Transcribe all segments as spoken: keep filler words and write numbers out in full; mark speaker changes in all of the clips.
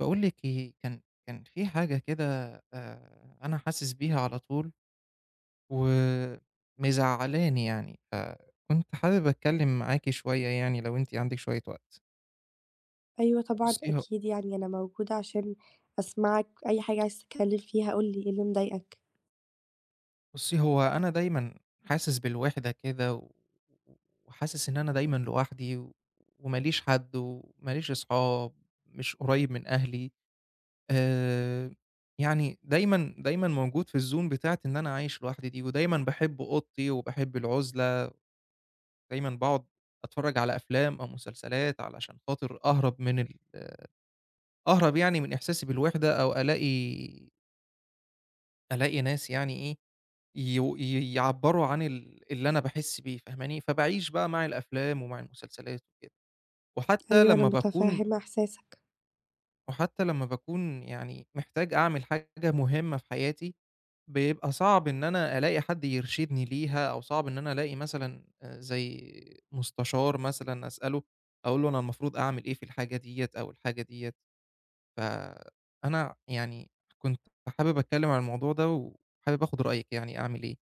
Speaker 1: باقول لِك إيه، كان كان في حاجة كده. آآ أنا حاسس بيها على طول ومزعّلاني يعني، فكنت حابب أتكلّم معاكِ شوية يعني لو أنتِ عندِك شوية وقت.
Speaker 2: أيوه طبعًا
Speaker 1: بُصّي ه
Speaker 2: أكيد يعني أنا موجودة عشان أسمعك، أي حاجة عايز تتكلم فيها قُل لي، إيه اللي مضايقك؟
Speaker 1: بُصّي هو أنا دايمًا حاسس بالوِحدة كده و وحاسس إن أنا دايمًا لوحدي و وما ليش حد وما ليش أصحاب، مش قريّب من أهلي. آآ يعني دايمًا، دايمًا موجود في الzone بتاعة إن أنا عايش لوحدي دي، ودايمًا باحب أوضتي وباحب العُزلة. دايمًا باقعد أتفرّج على أفلام أو مسلسلات علشان خاطر أهرب من ال أهرب يعني من إحساسي بالوحدة أو ألاقي ألاقي ناس يعني إيه، يو ي يعبّروا عن ال اللي أنا باحس بيه فاهماني، فباعيش بقى مع الأفلام ومع المسلسلات وكده. وحتى
Speaker 2: أيوه أنا
Speaker 1: لمّا باكون
Speaker 2: متفهمة إحساسك.
Speaker 1: وحتى لمّا باكون يعني محتاج أعمل حاجة مهمة في حياتي بيبقى صعب إن أنا ألاقي حد يرشدني ليها، أو صعب إن أنا ألاقي مثلًا آآ زي مستشار مثلًا أسأله، أقول له أنا المفروض أعمل إيه في الحاجة ديّة أو الحاجة ديّة. فأنا يعني كنت حابب أتكلّم عن الموضوع ده، وحابب آخُد رأيِك يعني أعمل إيه؟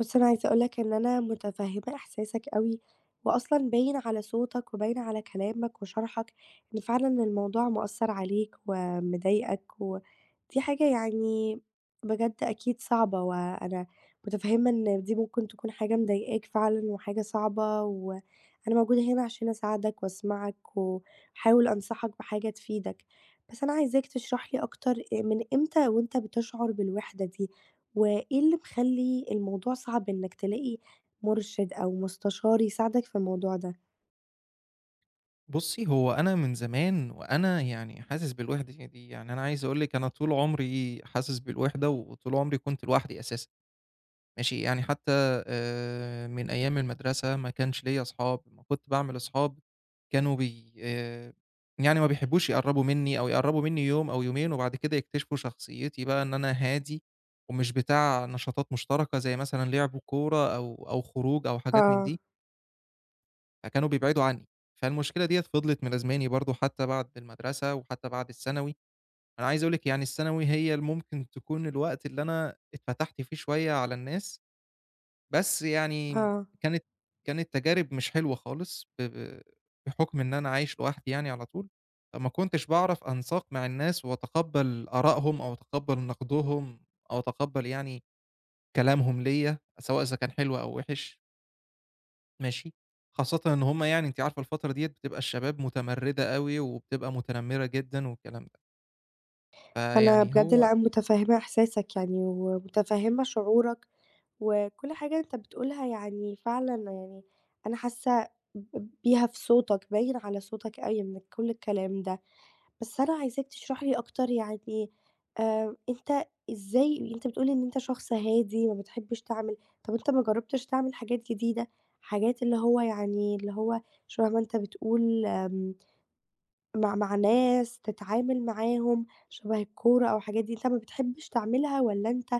Speaker 2: بُص، أنا عايزة أقول لك إن أنا متفهّمة إحساسك أوي، وأصلًا باين على صوتك وباين على كلامك وشرحك إن فعلًا الموضوع مأثّر عليك ومضايقك، ودي حاجة يعني بجد أكيد صعبة، وأنا متفهّمة إن دي ممكن تكون حاجة مضايقاك فعلًا وحاجة صعبة، وأنا موجودة هنا عشان أساعدك وأسمعك وأحاول أنصحك بحاجة تفيدك، بس أنا عايزاك تشرح لي أكتر آآ من إمتى وأنت بتشعر بالوحدة دي؟ وإيه اللي مخلّي الموضوع صعب إنّك تلاقي مُرشِد أو مستشار يساعدك في الموضوع ده؟
Speaker 1: بُصّي، هو أنا من زمان وأنا يعني حاسس بالوِحدة دي، يعني أنا عايز أقول لِك أنا طول عمري حاسس بالوِحدة، وطول عمري كنت لوحدي أساسًا. ماشي، يعني حتى آآ من أيام المدرسة ما كانش ليّا أصحاب، أمّا كنت باعمل أصحاب كانوا بي آآ يعني ما بيحبوش يقرّبوا منّي أو يقرّبوا منّي يوم أو يومين وبعد كده يكتشفوا شخصيتي بقى إن أنا هادي ومش بتاع نشاطات مشتركة زي مثلًا لعب كورة أو أو خروج أو حاجات من
Speaker 2: آه،
Speaker 1: دي، فكانوا بيبعدوا عنّي. فالمشكلة ديّة فضلت ملازماني برضه حتى بعد المدرسة وحتى بعد الثانوي. أنا عايز أقول لِك يعني الثانوي هي اللي ممكن تكون الوقت اللي أنا اتفتحت فيه شوية على الناس، بس يعني
Speaker 2: آه.
Speaker 1: كانت كانت تجارب مش حلوة خالص ب ب بحُكم إن أنا عايش لوحدي يعني على طول، فما كنتش باعرف أنساق مع الناس وأتقبّل آرائهم أو أتقبّل نقدهم أو أتقبّل يعني كلامهم ليّا، سواء إذا كان حلو أو وِحِش. ماشي، خاصةً إن هم يعني أنتِ عارفة الفترة ديّة بتبقى الشباب متمردة أوي وبتبقى متنمرة جدًا والكلام ده،
Speaker 2: أنا
Speaker 1: فيعني
Speaker 2: بجد
Speaker 1: هو
Speaker 2: لأ، متفهّمة إحساسك يعني ومتفهّمة شعورك، وكل حاجة أنت بتقولها يعني فعلًا يعني أنا حاسّة ب بيها في صوتك، باين على صوتك أوي من كل الكلام ده. بس أنا عايزاك تشرحي لي أكتر يعني آآ، أنت إزاي أنت بتقول لي إن أنت شخص هادي ما بتحبش تعمل. طَب أنت ما جرّبتش تعمل حاجات جديدة، حاجات اللي هو يعني اللي هو شبه ما أنت بتقول. آمم، مع مع ناس تتعامل معاهم، شبه الكورة أو الحاجات دي، أنت ما بتحبش تعملها والّا أنت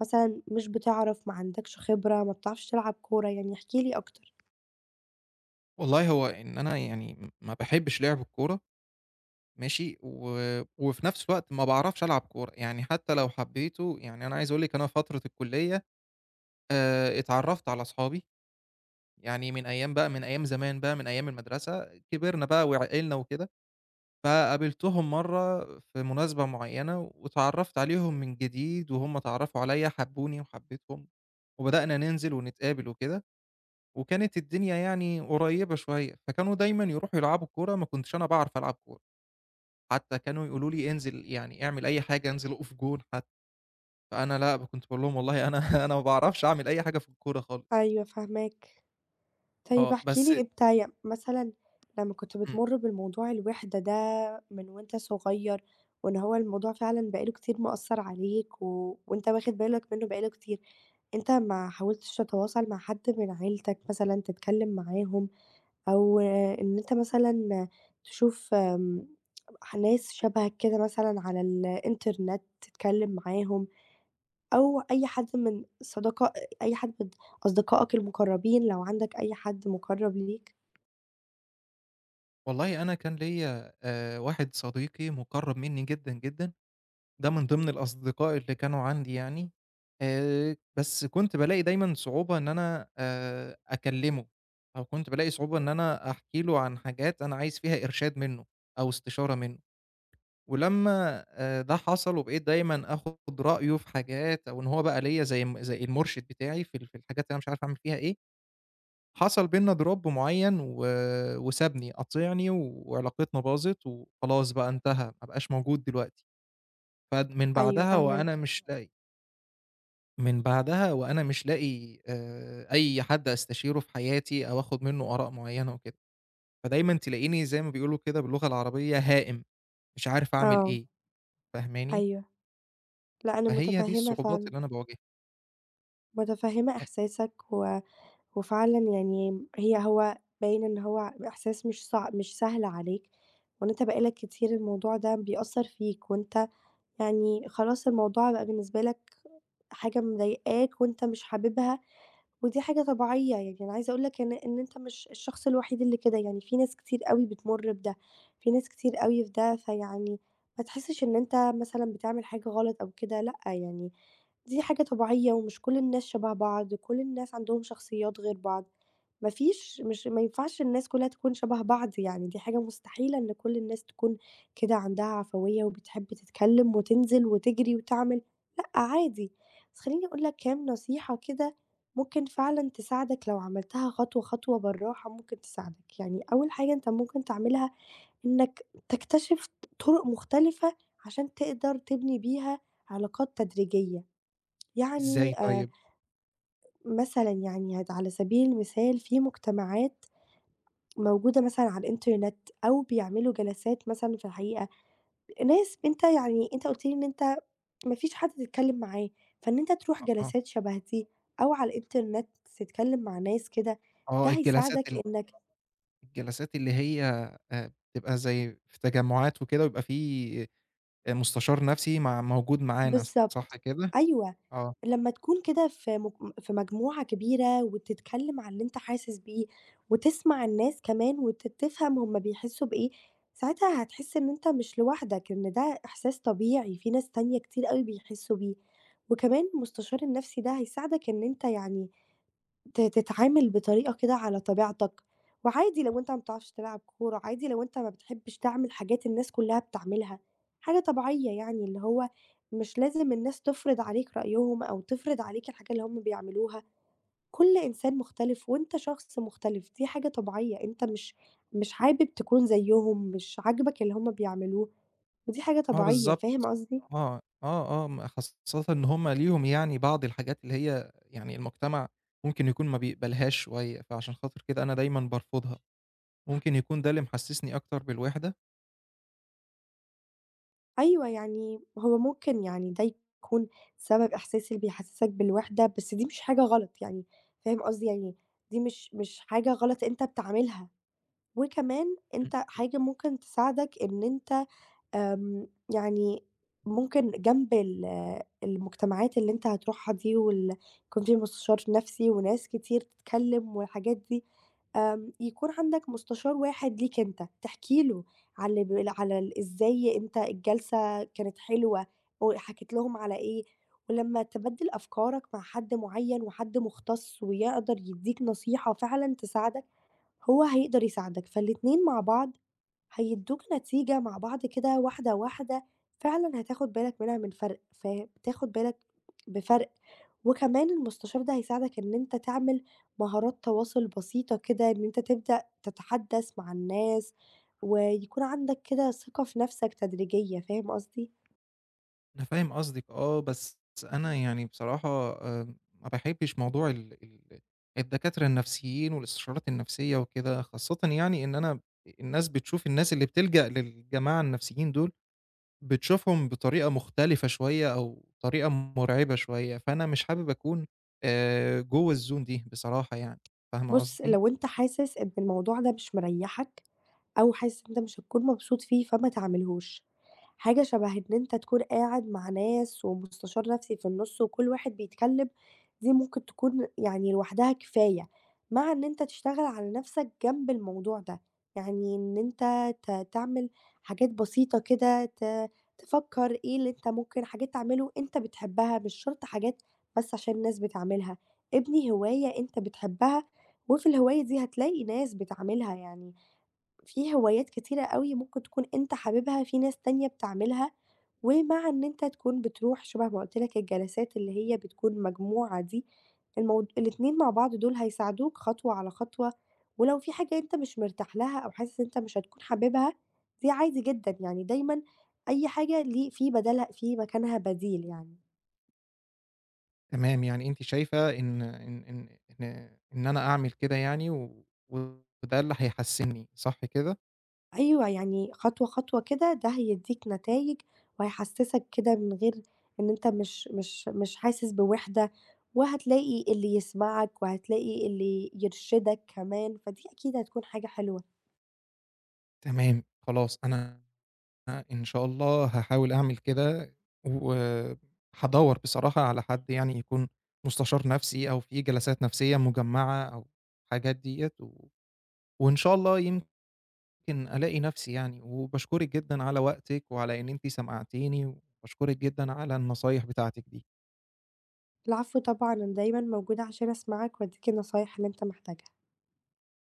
Speaker 2: مثلًا مش بتعرف، ما عندكش خبرة، ما بتعرفش تلعب كورة؟ يعني احكِ لي أكتر.
Speaker 1: والله هو إن أنا يعني ما باحبش لعب الكورة. ماشي، و وفي نفس الوقت ما باعرفش ألعب كورة، يعني حتى لو حبيته يعني أنا عايز أقول لِك أنا فترة الكلية آآ، اتعرّفت على أصحابي، يعني من أيام بقى من أيام زمان بقى، من أيام المدرسة، كبرنا بقى وعقلنا وكده، فقابلتهم مرّة في مناسبة معيّنة واتعرّفت عليهم من جديد وهُم اتعرّفوا عليّا، حبّوني وحبيتهم وبدأنا ننزل ونتقابل وكده، وكانت الدنيا يعني قريّبة شوية، فكانوا دايمًا يروحوا يلعبوا كورة، ما كنتش أنا باعرف ألعب كورة. حتى كانوا يقولوا لي انزل يعني اعمل أي حاجة، انزل أقف جون حتى، فأنا لأ، كنت باقول لهم والله أنا أنا ما باعرفش أعمل أي حاجة في الكورة خالص.
Speaker 2: أيوه فاهماك. طيب
Speaker 1: آه،
Speaker 2: احكِ
Speaker 1: بس
Speaker 2: لي أنت ي مثلًا لمّا كنت
Speaker 1: إمم،
Speaker 2: بتمُر بالموضوع الوِحدة ده من وأنت صغير، وإن هو الموضوع فعلًا بقى له كتير مأثّر عليك و وأنت واخد بالك منّه بقى له كتير، أنت ما حاولتش تتواصل مع حد من عيلتك مثلًا تتكلّم معاهم، أو آه، إن أنت مثلًا تشوف آمم ح ناس شبهك كده مثلًا على الإنترنت تتكلّم معاهم، أو أي حد من صداقة أي حد من أصدقائك المُقرّبين لو عندك أي حد مُقرّب ليك؟
Speaker 1: والله أنا كان ليّا آآ واحد صديقي مُقرّب منّي جدًا، جدًا، ده من ضمن الأصدقاء اللي كانوا عندي يعني. آآ بس كنت بالاقي دايمًا صعوبة إن أنا آآ أكلّمه، أو كنت بالاقي صعوبة إن أنا أحكي له عن حاجات أنا عايز فيها إرشاد منّه أو استشارة منّه. ولمّا آآ ده حصل وبقيت دايمًا آخُد رأيه في حاجات أو إن هو بقى ليّا زي م زي المُرشِد بتاعي في ال في الحاجات اللي أنا مش عارف أعمل فيها إيه، حصل بيننا drop معيّن و وسابني، قاطعني وعلاقتنا باظت وخلاص بقى انتهى، ما بقاش موجود دلوقتي. فمن
Speaker 2: أيوه
Speaker 1: بعدها
Speaker 2: فاهماك،
Speaker 1: وأنا مش لاقي من بعدها وأنا مش لاقي آآ أي حد أستشيره في حياتي أو آخُد منّه آراء معيّنة وكده. فدايمًا تلاقيني زي ما بيقولوا كده باللغة العربية هائم، مش عارف أعمل
Speaker 2: آه،
Speaker 1: إيه، فاهماني؟
Speaker 2: أيوه، لأ أنا
Speaker 1: فهي دي
Speaker 2: متفهمة
Speaker 1: الصعوبات
Speaker 2: فعلًا،
Speaker 1: اللي أنا باواجهها.
Speaker 2: متفهمة
Speaker 1: أ
Speaker 2: إحساسك و وفعلًا يعني هي هو باين إن هو إحساس مش صع مش سهل عليك، وإن أنت بقى لك كتير الموضوع ده بيأثّر فيك، وأنت يعني خلاص الموضوع بقى بالنسبة لك حاجة مضايقاك وأنت مش حاببها، ودي حاجة طبيعية، يعني أنا عايزة أقول لك إن إن أنت مش الشخص الوحيد اللي كده، يعني في ناس كتير أوي بتمُر بده، في ناس كتير أوي في ده، فيعني ما تحسّش إن أنت مثلًا بتعمل حاجة غلط أو كده، لأ، يعني دي حاجة طبيعية ومش كل الناس شبه بعض، كل الناس عندهم شخصيات غير بعض، ما فيش مش ما ينفعش الناس كلّها تكون شبه بعض، يعني دي حاجة مستحيلة إن كل الناس تكون كده عندها عفوية وبتحب تتكلّم وتنزل وتجري وتعمل، لأ، عادي. بس خلّيني أقول لك كام نصيحة كده ممكن فعلًا تساعدك لو عملتها خطوة، خطوة بالراحة ممكن تساعدك، يعني أول حاجة أنت ممكن تعملها إنك تكتشف طرق مختلفة عشان تقدر تبني بيها علاقات تدريجية،
Speaker 1: إزاي
Speaker 2: يعني آآ
Speaker 1: طيب؟
Speaker 2: مثلًا يعني هت على سبيل المثال في مجتمعات موجودة مثلًا على الإنترنت أو بيعملوا جلسات مثلًا في الحقيقة، ناس أنت يعني أنت قُلت لي إن أنت ما فيش حد تتكلم معاه، فإن أنت تروح
Speaker 1: أ آه،
Speaker 2: جلسات شبه دي أو على الإنترنت تتكلم مع ناس كده، ده
Speaker 1: آه الجلسات
Speaker 2: هيساعدك
Speaker 1: ال
Speaker 2: إنك
Speaker 1: الجلسات اللي هي آآ بتبقى زي في تجمعات وكده ويبقى في آآ مستشار نفسي مع موجود معانا، صح
Speaker 2: بالضبط،
Speaker 1: كده؟
Speaker 2: أيوه،
Speaker 1: آه،
Speaker 2: لمّا تكون كده في مج في مجموعة كبيرة وتتكلم عن اللي أنت حاسس بيه، وتسمع الناس كمان وت تفهم هُم بيحسوا بإيه، ساعتها هتحس إن أنت مش لوحدك، إن ده إحساس طبيعي، في ناس تانية كتير أوي بيحسوا بيه، وكمان المستشار النفسي ده هيساعدك إن أنت يعني ت تتعامل بطريقة كده على طبيعتك، وعادي لو أنت ما بتعرفش تلعب كورة، عادي لو أنت ما بتحبش تعمل حاجات الناس كلها بتعملها، حاجة طبيعية يعني اللي هو مش لازم الناس تفرض عليك رأيهم أو تفرض عليك الحاجة اللي هم بيعملوها، كل إنسان مختلف وأنت شخص مختلف، دي حاجة طبيعية، أنت مش مش حابب تكون زيهم، مش عاجبك اللي هم بيعملوه، ودي حاجة
Speaker 1: آه
Speaker 2: طبيعية،
Speaker 1: بالضبط،
Speaker 2: فاهم قصدي؟
Speaker 1: آه، آه، آه، م خاصةً إن هم ليهم يعني بعض الحاجات اللي هي يعني المجتمع ممكن يكون ما بيقبلهاش شوية، فعشان خاطر كده أنا دايمًا بارفضها، ممكن يكون ده اللي محسسني أكتر بالوحدة؟
Speaker 2: أيوه، يعني هو ممكن يعني ده يكون سبب إحساس اللي بيحسّسك بالوحدة، بس دي مش حاجة غلط يعني، فاهم قصدي؟ يعني دي مش مش حاجة غلط أنت بتعملها، وكمان أنت حاجة ممكن تساعدك إن أنت آمم، يعني ممكن جنب ال المجتمعات اللي أنت هتروحها دي وال يكون في مستشار نفسي وناس كتير تتكلم والحاجات دي، آمم، يكون عندك مستشار واحد ليك أنت، تحكي له على اللي ب على ال إزاي أنت الجلسة كانت حلوة، وحكيت لهم على إيه، ولمّا تبدِّل أفكارك مع حد معيّن وحد مختص ويقدر يدّيك نصيحة فعلًا تساعدك هو هيقدر يساعدك، فالاتنين مع بعض هيدّوك نتيجة مع بعض كده واحدة، واحدة، فعلًا هتاخد بالك منها من فرق، فاهم، تاخد بالك بفرق، وكمان المستشار ده هيساعدك إن أنت تعمل مهارات تواصل بسيطة كده، إن أنت تبدأ تتحدث مع الناس، ويكون عندك كده ثقة في نفسك تدريجية، فاهم قصدي؟
Speaker 1: أنا فاهم قصدِك آه، بس أنا يعني بصراحة آآ ما باحبّش موضوع ال ال الدكاترة النفسيين والاستشارات النفسية وكده، خاصةً يعني إن أنا الناس بتشوف الناس اللي بتلجأ للجماعة النفسيين دول، بتشوفهم بطريقة مختلفة شوية أو طريقة مرعبة شوية، فأنا مش حابب أكون آآ جوّه الzone دي بصراحة يعني، فاهمة
Speaker 2: بُص،
Speaker 1: قصدي؟
Speaker 2: لو أنت حاسس إن الموضوع ده مش مريّحك أو حاسس إن أنت مش هتكون مبسوط فيه، فما تعملهوش. حاجة شبه إن أنت تكون قاعد مع ناس ومستشار نفسي في النُص وكل واحد بيتكلم، دي ممكن تكون يعني لوحدها كفاية، مع إن أنت تشتغل على نفسك جنب الموضوع ده. يعني إن أنت ت تعمل حاجات بسيطة كده، ت تفكّر إيه اللي أنت ممكن حاجات تعمله أنت بتحبها، مش شرط حاجات بس عشان الناس بتعملها. ابني هواية أنت بتحبها وفي الهواية دي هتلاقي ناس بتعملها يعني، في هوايات كتيرة أوي ممكن تكون أنت حاببها، في ناس تانية بتعملها، ومع إن أنت تكون بتروح شبه ما قُلت لك الجلسات اللي هي بتكون مجموعة دي، المو الاتنين مع بعض دول هيساعدوك خطوة على خطوة، ولو في حاجة أنت مش مرتاح لها أو حاسس إن أنت مش هتكون حاببها، دي عادي جدًا يعني دايمًا أي حاجة ليه في بدالها في مكانها بديل يعني.
Speaker 1: تمام، يعني أنتِ شايفة إن إن إن إن إن أنا أعمل كده يعني و وده اللي هيحسّنني، صح كده؟
Speaker 2: أيوه، يعني خطوة، خطوة كده ده هيدّيك نتايج وهيحسّسك كده من غير إن أنت مش مش مش حاسس بوِحدة، وهتلاقي اللي يسمعك وهتلاقي اللي يرشدك كمان، فدي أكيد هتكون حاجة حلوة.
Speaker 1: تمام، خلاص أنا إن شاء الله هاحاول أعمل كده، وهادوّر بصراحة على حد يعني يكون مستشار نفسي أو في جلسات نفسية مجمّعة أو الحاجات ديّة، و وإن شاء الله يمكن ألاقي نفسي يعني، وباشكرِك جدًا على وقتِك وعلى إن أنتِ سمعتيني، وباشكرِك جدًا على النصايح بتاعتِك دي.
Speaker 2: العفو طبعًا، أنا دايمًا موجودة عشان أسمعك وأدّيك النصايح اللي أنت محتاجها.